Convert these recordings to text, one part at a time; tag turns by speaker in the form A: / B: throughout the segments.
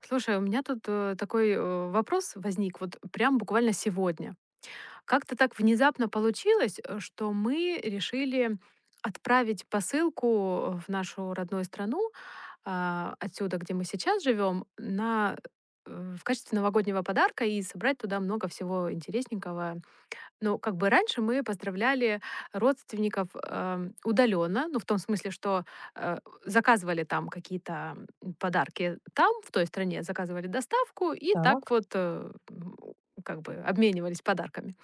A: Слушай, у меня тут такой вопрос возник вот прям буквально сегодня. Как-то так внезапно получилось, что мы решили отправить посылку в нашу родную страну, отсюда, где мы сейчас живем, в качестве новогоднего подарка и собрать туда много всего интересненького. Ну, как бы раньше мы поздравляли родственников, удаленно, ну, в том смысле, что, э, заказывали там какие-то, подарки там, в той стране, заказывали доставку и так
B: Так,
A: вот, как бы обменивались подарками.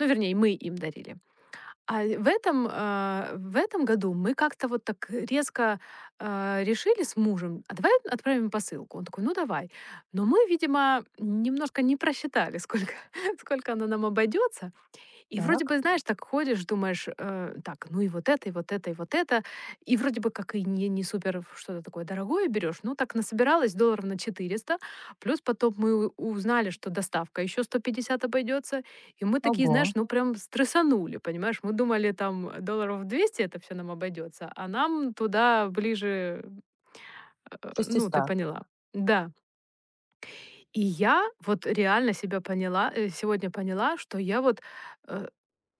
A: Ну, вернее, мы им дарили. А в этом году мы как-то вот так резко, решили с мужем: «А давай отправим посылку». Он такой: «Ну, давай». Но мы, видимо, немножко не просчитали, сколько сколько она нам обойдется. И вроде
B: так.
A: бы, знаешь, так ходишь, думаешь, так, ну и вот это, и вот это, и вот это. И вроде бы как и не супер в что-то такое дорогое берешь. Ну так насобиралось на $400. Плюс потом мы узнали, что доставка еще 150 обойдется. И мы такие,
B: Ого,
A: знаешь, ну прям стрессанули, понимаешь? Мы думали, там $200 это все нам обойдется, а нам туда ближе, ну ты
B: 600,
A: поняла. Да. И я вот реально себя поняла, сегодня поняла, что я вот э,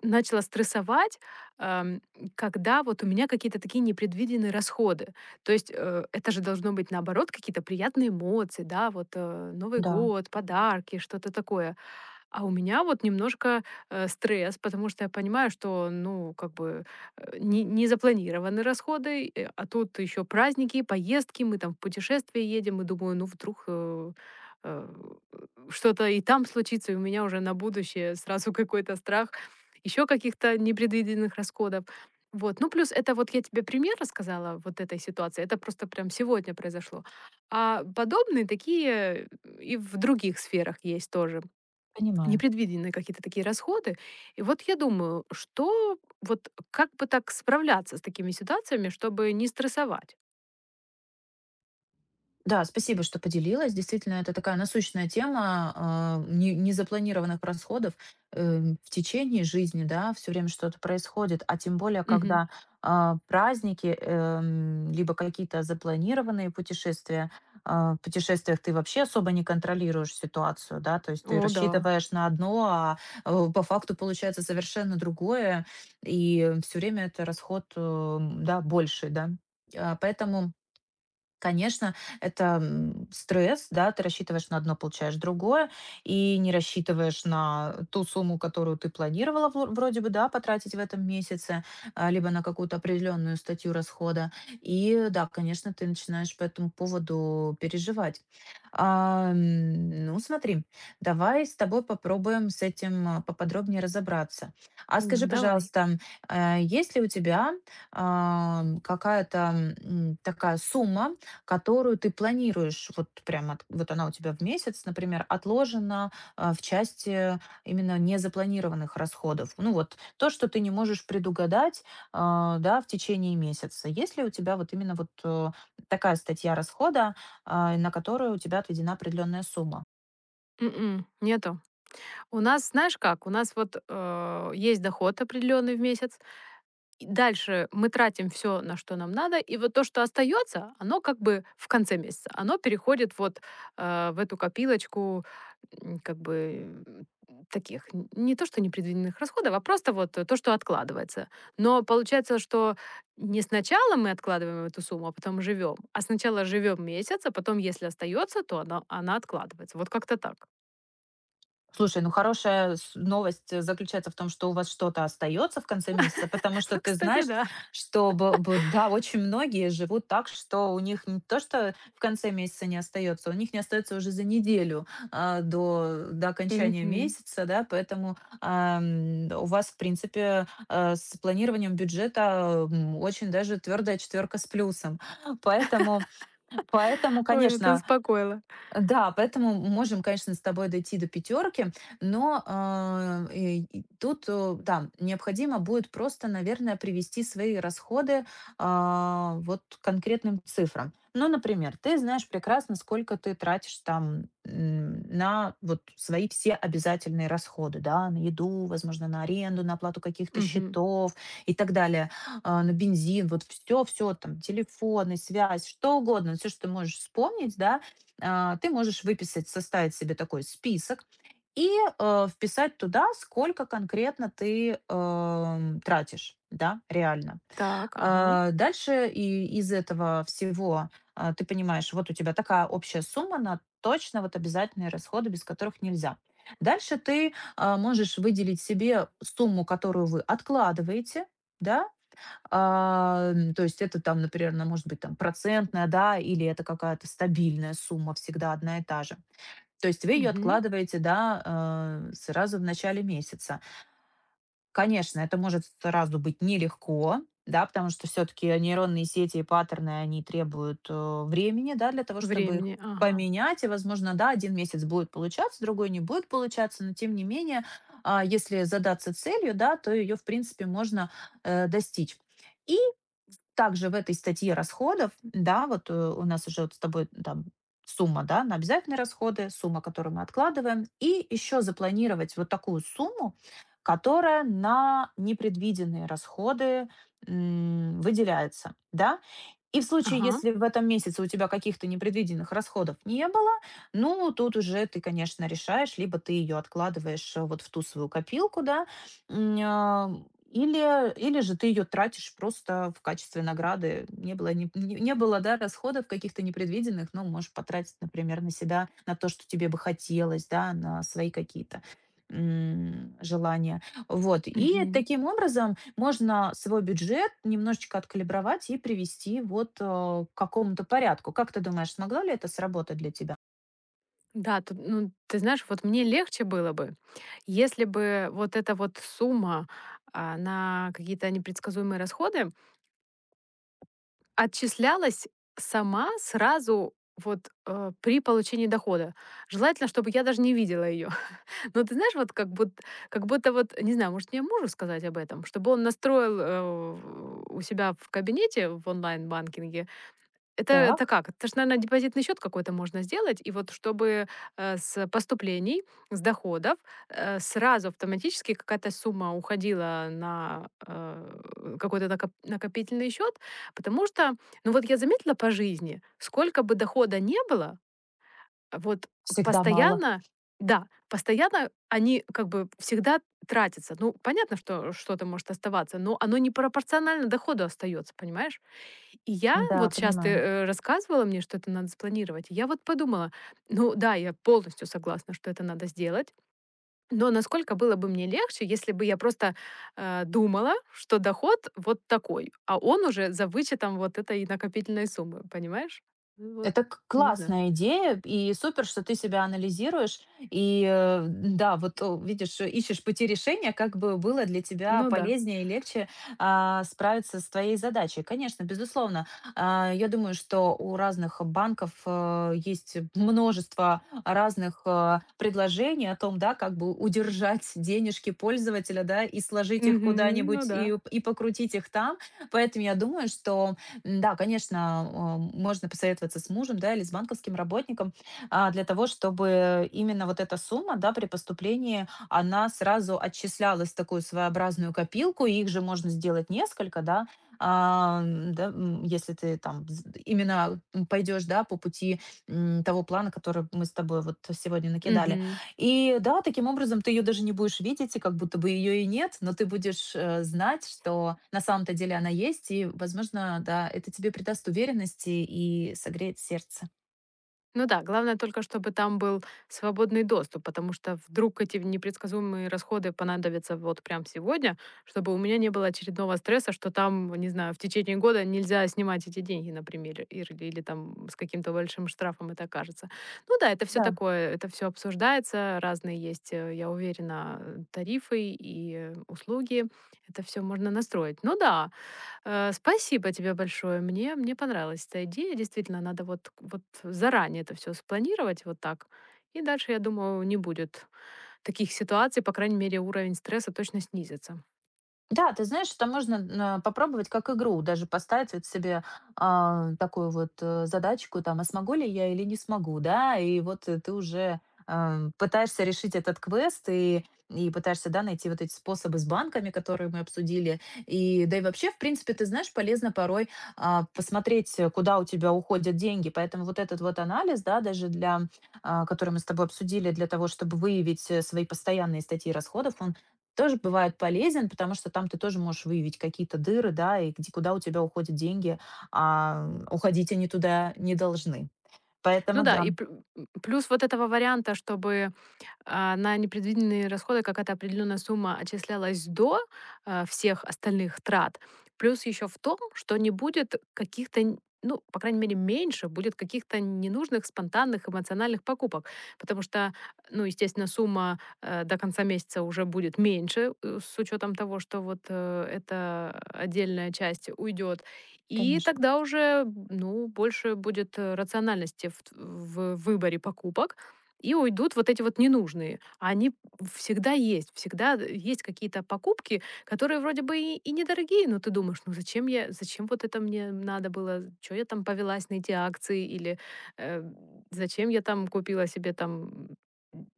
A: Начала стрессовать, ам, когда вот у меня какие-то такие непредвиденные расходы. То есть, это же должно быть, наоборот, какие-то приятные эмоции, да, вот, Новый
B: да,
A: год, подарки, что-то такое. А у меня вот немножко, стресс, потому что я понимаю, что, ну, как бы, не запланированы расходы, а тут еще праздники, поездки, мы там в путешествие едем, и думаю, ну, вдруг, э, что-то и там случится, и у меня уже на будущее сразу какой-то страх еще каких-то непредвиденных расходов. Вот. Ну, плюс это вот я тебе пример рассказала вот этой ситуации, это просто прям сегодня произошло. А подобные такие и в других сферах есть тоже.
B: понимаю.
A: Непредвиденные какие-то такие расходы. И вот я думаю, что вот как бы так справляться с такими ситуациями, чтобы не стрессовать?
B: Да, спасибо, что поделилась. Действительно, это такая насущная тема незапланированных расходов в течение жизни, да, все время что-то происходит, а тем более,
A: Мгм.
B: когда праздники, либо какие-то запланированные путешествия, в путешествиях ты вообще особо не контролируешь ситуацию, да, то есть ты
A: О да.
B: рассчитываешь на одно, а по факту получается совершенно другое, и все время это расход, да, больше, да. Поэтому, конечно, это, стресс, да. Ты рассчитываешь на одно, получаешь другое, и не рассчитываешь на ту сумму, которую ты планировала вроде бы, да, потратить в этом месяце, либо на какую-то определенную статью расхода. И да, конечно, ты начинаешь по этому поводу переживать. Ну, смотри, давай с тобой попробуем с этим, поподробнее разобраться. А
A: Ну
B: скажи,
A: давай.
B: пожалуйста, есть ли у тебя, какая-то, такая сумма, которую ты планируешь, вот прям вот она у тебя в месяц, например, отложена в части именно незапланированных расходов. Ну вот то, что ты не можешь предугадать, да, в течение месяца. Есть ли у тебя вот именно вот, такая статья расхода, на которую у тебя отведена определенная сумма?
A: М, нету. У нас, знаешь как, у нас вот, есть доход определенный в месяц. И дальше мы тратим все на что нам надо, и вот то, что остается, оно как бы в конце месяца, оно переходит вот, в эту копилочку, м, как бы, м, таких н не то что непредвиденных расходов, а просто вот то, что откладывается. Но получается, что не сначала мы откладываем эту сумму, а потом живем, а сначала живем месяц, а потом, если остается, то она откладывается. Вот как-то так.
B: Слушай, ну хорошая с новость, заключается в том, что у вас что-то остается в конце месяца, потому что
A: Ну,
B: ты
A: кстати,
B: знаешь,
A: да.
B: что б б да, очень многие живут так, что у них не то, что в конце месяца не остается, у них не остается уже за неделю, до окончания
A: Мгм.
B: месяца, да. Поэтому, у вас, в принципе, с планированием бюджета, очень даже твердая четверка с плюсом. Поэтому поэтому,
A: Ой, ну ты
B: конечно,
A: успокоила.
B: да, поэтому можем, конечно, с тобой дойти до пятерки, но и тут, да, необходимо будет просто, наверное, привести свои расходы вот к конкретным цифрам. Ну, например, ты знаешь прекрасно, сколько ты тратишь там на вот свои все обязательные расходы, да, на еду, возможно, на аренду, на оплату каких-то
A: Мгм.
B: счетов и так далее, на бензин, вот все, все там, телефоны, связь, что угодно, все, что ты можешь вспомнить, да, ты можешь выписать, составить себе такой список и вписать туда, сколько конкретно ты тратишь, да, реально.
A: Так, ага.
B: Дальше и из этого всего ты понимаешь, вот у тебя такая общая сумма на точно вот обязательные расходы, без которых нельзя. Дальше ты можешь выделить себе сумму, которую вы откладываете, да, то есть это там, например, она может быть там процентная, да, или это какая-то стабильная сумма, всегда одна и та же. То есть вы ее
A: Мгм.
B: откладываете, да, сразу в начале месяца. Конечно, это может сразу быть нелегко, да, потому что все-таки нейронные сети и паттерны, они требуют времени, да, для того, чтобы их
A: Времени. Ага.
B: поменять. И, возможно, да, один месяц будет получаться, другой не будет получаться, но тем не менее, если задаться целью, да, то ее, в принципе, можно достичь. И также в этой статье расходов, да, вот, у нас уже вот с тобой там сумма, да, на обязательные расходы, сумма, которую мы откладываем, и еще запланировать вот такую сумму, которая на непредвиденные расходы выделяется, да. И в случае,
A: Ага.
B: если в этом месяце у тебя каких-то непредвиденных расходов не было, ну, тут уже ты, конечно, решаешь, либо ты ее откладываешь вот в ту свою копилку, да, м, а, или, или же ты ее тратишь просто в качестве награды. Не было, не, не было да, расходов каких-то непредвиденных, но можешь потратить, например, на себя, на то, что тебе бы хотелось, да, на свои какие-то желания. Вот. И
A: Мгм.
B: таким образом можно свой бюджет немножечко откалибровать и привести вот, к какому-то порядку. Как ты думаешь, смогло ли это сработать для тебя?
A: Да, тут, ну, ты знаешь, вот мне легче было бы, если бы вот эта вот сумма, на какие-то непредсказуемые расходы отчислялась сама сразу вот, при получении дохода. Желательно, чтобы я даже не видела ее. Но ты знаешь, вот как будто вот, не знаю, может, мне мужу сказать об этом, чтобы он настроил, у себя в кабинете в онлайн-банкинге. Это
B: Так,
A: как? Это ж, наверное, депозитный счет какой-то можно сделать, и вот чтобы, с поступлений, с доходов, сразу автоматически какая-то сумма уходила на, какой-то накопительный счет. Потому что, ну, вот я заметила по жизни, сколько бы дохода не было, вот
B: всегда мало.
A: постоянно, да, постоянно они как бы всегда тратятся. Ну, понятно, что что-то может оставаться, но оно не пропорционально доходу остается, понимаешь? И я
B: Да,
A: вот щас ты,
B: понимаю.
A: рассказывала мне, что это надо спланировать. И я вот подумала, ну да, я полностью согласна, что это надо сделать, но насколько было бы мне легче, если бы я просто, думала, что доход вот такой, а он уже за вычетом вот этой накопительной суммы, понимаешь? Ну вот,
B: Это к
A: не знаю.
B: классная идея, и супер, что ты себя анализируешь. И, да, вот, видишь, ищешь пути решения, как бы было для тебя
A: Ну да.
B: полезнее и легче, справиться с твоей задачей. Конечно, безусловно, я думаю, что у разных банков, есть множество разных, предложений о том, да, как бы удержать денежки пользователя, да, и сложить их
A: Мгм. Ну
B: куда-нибудь,
A: да.
B: и покрутить их там. Поэтому я думаю, что да, конечно, можно посоветоваться с мужем, да, или с банковским работником для того, чтобы именно вот эта сумма, да, при поступлении, она сразу отчислялась в такую своеобразную копилку, и их же можно сделать несколько, да, если ты там именно пойдешь, да, по пути того плана, который мы с тобой вот сегодня накидали.
A: Мгм.
B: И да, таким образом ты ее даже не будешь видеть, и как будто бы ее и нет, но ты будешь, знать, что на самом-то деле она есть, и, возможно, да, это тебе придаст уверенности и согреет сердце.
A: Ну да, главное только, чтобы там был свободный доступ, потому что вдруг эти непредсказуемые расходы понадобятся вот прям сегодня, чтобы у меня не было очередного стресса, что там, не знаю, в течение года нельзя снимать эти деньги, например, или там с каким-то большим штрафом это окажется. Ну да, это все
B: Да.
A: такое, это все обсуждается, разные есть, я уверена, тарифы и услуги, это все можно настроить. Ну да. Спасибо тебе большое. Мне понравилась эта идея. Действительно, надо вот заранее это все спланировать вот так. И дальше, я думаю, не будет таких ситуаций. По крайней мере, уровень стресса точно снизится.
B: Да, ты знаешь, это можно попробовать как игру, даже поставить вот себе такую вот, задачку, там, а смогу ли я или не смогу, да, и вот ты уже пытаешься решить этот квест и пытаешься, да, найти вот эти способы с банками, которые мы обсудили, и да и вообще, в принципе, ты знаешь, полезно порой посмотреть, куда у тебя уходят деньги, поэтому вот этот вот анализ, да, даже для, который мы с тобой обсудили, для того, чтобы выявить свои постоянные статьи расходов, он тоже бывает полезен, потому что там ты тоже можешь выявить какие-то дыры, да, и где, куда у тебя уходят деньги, а уходить они туда не должны.
A: Ну
B: Поэтому
A: да, и
B: да,
A: плю м, плюс вот этого варианта, чтобы на непредвиденные расходы какая-то определенная сумма отчислялась до, всех остальных трат. Плюс еще в том, что не будет каких-то, н ну, по крайней мере, меньше будет каких-то ненужных спонтанных эмоциональных покупок. Потому что, ну, естественно, сумма, до конца месяца уже будет меньше, с учетом того, что вот, эта отдельная часть уйдет. И
B: конечно.
A: тогда уже, ну, больше будет, рациональности в выборе покупок. И уйдут вот эти вот ненужные. А они всегда есть, всегда есть какие-то покупки, которые вроде бы и недорогие, но ты думаешь, ну зачем я, зачем вот это мне надо было, что я там повелась на эти акции, или э, зачем я там купила себе там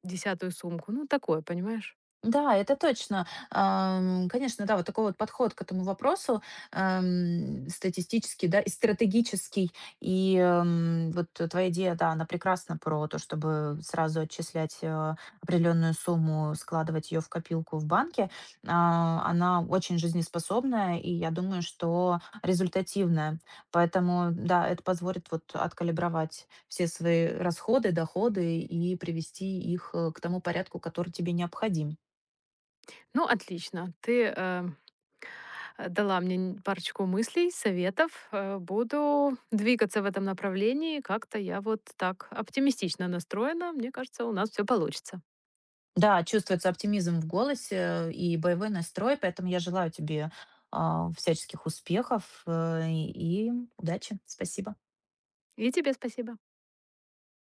A: десятую сумку, ну такое, понимаешь?
B: Да, это точно. Конечно, да, вот такой вот подход к этому вопросу, статистический, да, и стратегический. И, вот твоя идея, да, она прекрасна про то, чтобы сразу отчислять, определенную сумму, складывать ее в копилку в банке. Она очень жизнеспособная и, я думаю, что результативная. Поэтому, да, это позволит вот откалибровать все свои расходы, доходы и привести их, к тому порядку, который тебе необходим.
A: Ну отлично, ты дала мне парочку мыслей, советов, буду двигаться в этом направлении, как-то я вот так оптимистично настроена, мне кажется, у нас все получится.
B: Да, чувствуется оптимизм в голосе и боевой настрой, поэтому я желаю тебе всяческих успехов и удачи. Спасибо.
A: И тебе спасибо.